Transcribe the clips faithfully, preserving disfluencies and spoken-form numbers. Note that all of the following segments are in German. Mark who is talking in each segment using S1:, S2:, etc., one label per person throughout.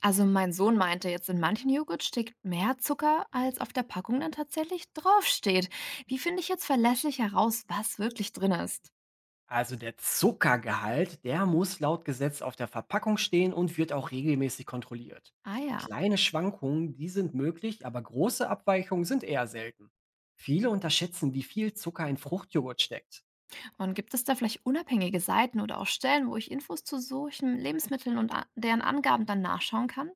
S1: Also mein Sohn meinte, jetzt in manchen Joghurt steckt mehr Zucker, als auf der Packung dann tatsächlich draufsteht. Wie finde ich jetzt verlässlich heraus, was wirklich drin ist?
S2: Also der Zuckergehalt, der muss laut Gesetz auf der Verpackung stehen und wird auch regelmäßig kontrolliert.
S1: Ah ja.
S2: Kleine Schwankungen, die sind möglich, aber große Abweichungen sind eher selten. Viele unterschätzen, wie viel Zucker in Fruchtjoghurt steckt.
S1: Und gibt es da vielleicht unabhängige Seiten oder auch Stellen, wo ich Infos zu solchen Lebensmitteln und a- deren Angaben dann nachschauen kann?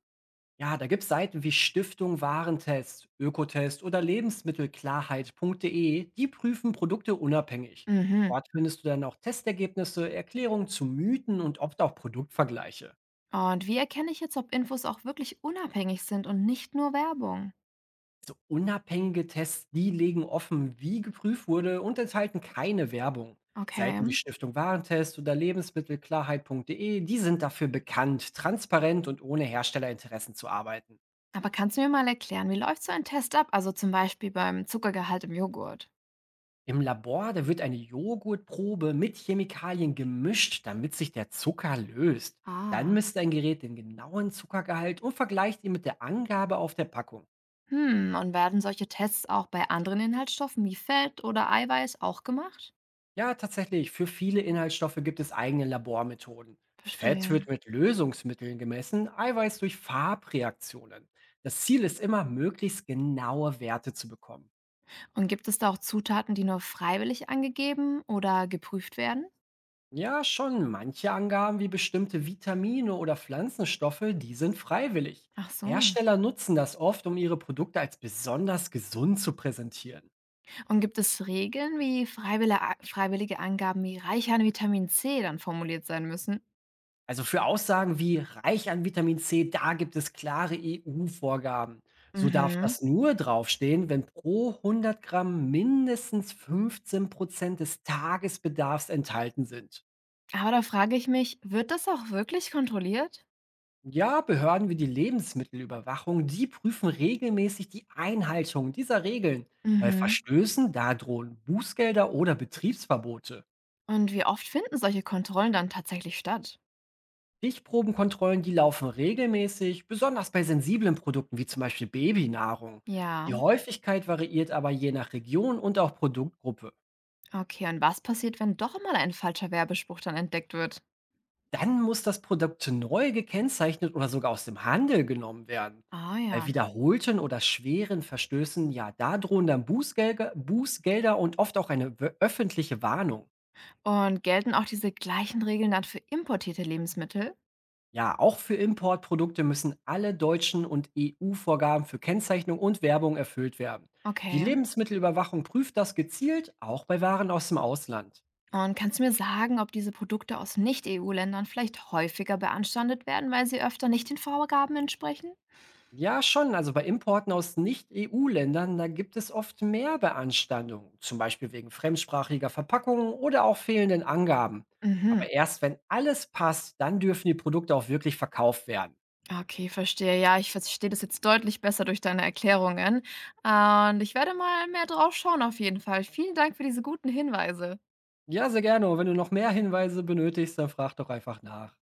S2: Ja, da gibt es Seiten wie Stiftung Warentest, Ökotest oder Lebensmittelklarheit.de, die prüfen Produkte unabhängig.
S1: Mhm.
S2: Dort findest du dann auch Testergebnisse, Erklärungen zu Mythen und oft auch Produktvergleiche.
S1: Und wie erkenne ich jetzt, ob Infos auch wirklich unabhängig sind und nicht nur Werbung?
S2: So unabhängige Tests, die legen offen, wie geprüft wurde und enthalten keine Werbung.
S1: Okay.
S2: Seiten wie Stiftung Warentest oder lebensmittelklarheit.de, die sind dafür bekannt, transparent und ohne Herstellerinteressen zu arbeiten.
S1: Aber kannst du mir mal erklären, wie läuft so ein Test ab? Also zum Beispiel beim Zuckergehalt im Joghurt.
S2: Im Labor, da wird eine Joghurtprobe mit Chemikalien gemischt, damit sich der Zucker löst. Dann
S1: Ah.
S2: misst ein Gerät den genauen Zuckergehalt und vergleicht ihn mit der Angabe auf der Packung.
S1: Hm, und werden solche Tests auch bei anderen Inhaltsstoffen wie Fett oder Eiweiß auch gemacht?
S2: Ja, tatsächlich. Für viele Inhaltsstoffe gibt es eigene Labormethoden. Fett
S1: Verstehe.
S2: wird mit Lösungsmitteln gemessen, Eiweiß durch Farbreaktionen. Das Ziel ist immer, möglichst genaue Werte zu bekommen.
S1: Und gibt es da auch Zutaten, die nur freiwillig angegeben oder geprüft werden?
S2: Ja, schon manche Angaben wie bestimmte Vitamine oder Pflanzenstoffe, die sind freiwillig.
S1: Ach so.
S2: Hersteller nutzen das oft, um ihre Produkte als besonders gesund zu präsentieren.
S1: Und gibt es Regeln, wie freiwillige, freiwillige Angaben wie reich an Vitamin C dann formuliert sein müssen?
S2: Also für Aussagen wie reich an Vitamin C, da gibt es klare E U-Vorgaben. So darf
S1: Mhm.
S2: das nur draufstehen, wenn pro hundert Gramm mindestens fünfzehn Prozent des Tagesbedarfs enthalten sind.
S1: Aber da frage ich mich, wird das auch wirklich kontrolliert?
S2: Ja, Behörden wie die Lebensmittelüberwachung, die prüfen regelmäßig die Einhaltung dieser Regeln. Bei
S1: Mhm.
S2: Verstößen, da drohen Bußgelder oder Betriebsverbote.
S1: Und wie oft finden solche Kontrollen dann tatsächlich statt?
S2: Stichprobenkontrollen, die laufen regelmäßig, besonders bei sensiblen Produkten wie zum Beispiel Babynahrung.
S1: Ja,
S2: Die Häufigkeit variiert aber je nach Region und auch Produktgruppe.
S1: okay. Und was passiert, wenn doch mal ein falscher Werbespruch dann entdeckt wird?
S2: Dann muss das Produkt neu gekennzeichnet oder sogar aus dem Handel genommen werden.
S1: Ah
S2: Bei
S1: ja.
S2: wiederholten oder schweren Verstößen, ja, da drohen dann Bußgelder, Bußgelder und oft auch eine wö- öffentliche Warnung.
S1: Und gelten auch diese gleichen Regeln dann für importierte Lebensmittel?
S2: Ja, auch für Importprodukte müssen alle deutschen und E U-Vorgaben für Kennzeichnung und Werbung erfüllt werden. Die
S1: Okay.
S2: Lebensmittelüberwachung prüft das gezielt, auch bei Waren aus dem Ausland.
S1: Und kannst du mir sagen, ob diese Produkte aus Nicht-E U-Ländern vielleicht häufiger beanstandet werden, weil sie öfter nicht den Vorgaben entsprechen?
S2: Ja, schon, also bei Importen aus Nicht-E U-Ländern, da gibt es oft mehr Beanstandungen, zum Beispiel wegen fremdsprachiger Verpackungen oder auch fehlenden Angaben.
S1: Mhm.
S2: Aber erst wenn alles passt, dann dürfen die Produkte auch wirklich verkauft werden.
S1: Okay, verstehe. Ja, ich verstehe das jetzt deutlich besser durch deine Erklärungen. Und ich werde mal mehr drauf schauen auf jeden Fall. Vielen Dank für diese guten Hinweise.
S2: Ja, sehr gerne. Und wenn du noch mehr Hinweise benötigst, dann frag doch einfach nach.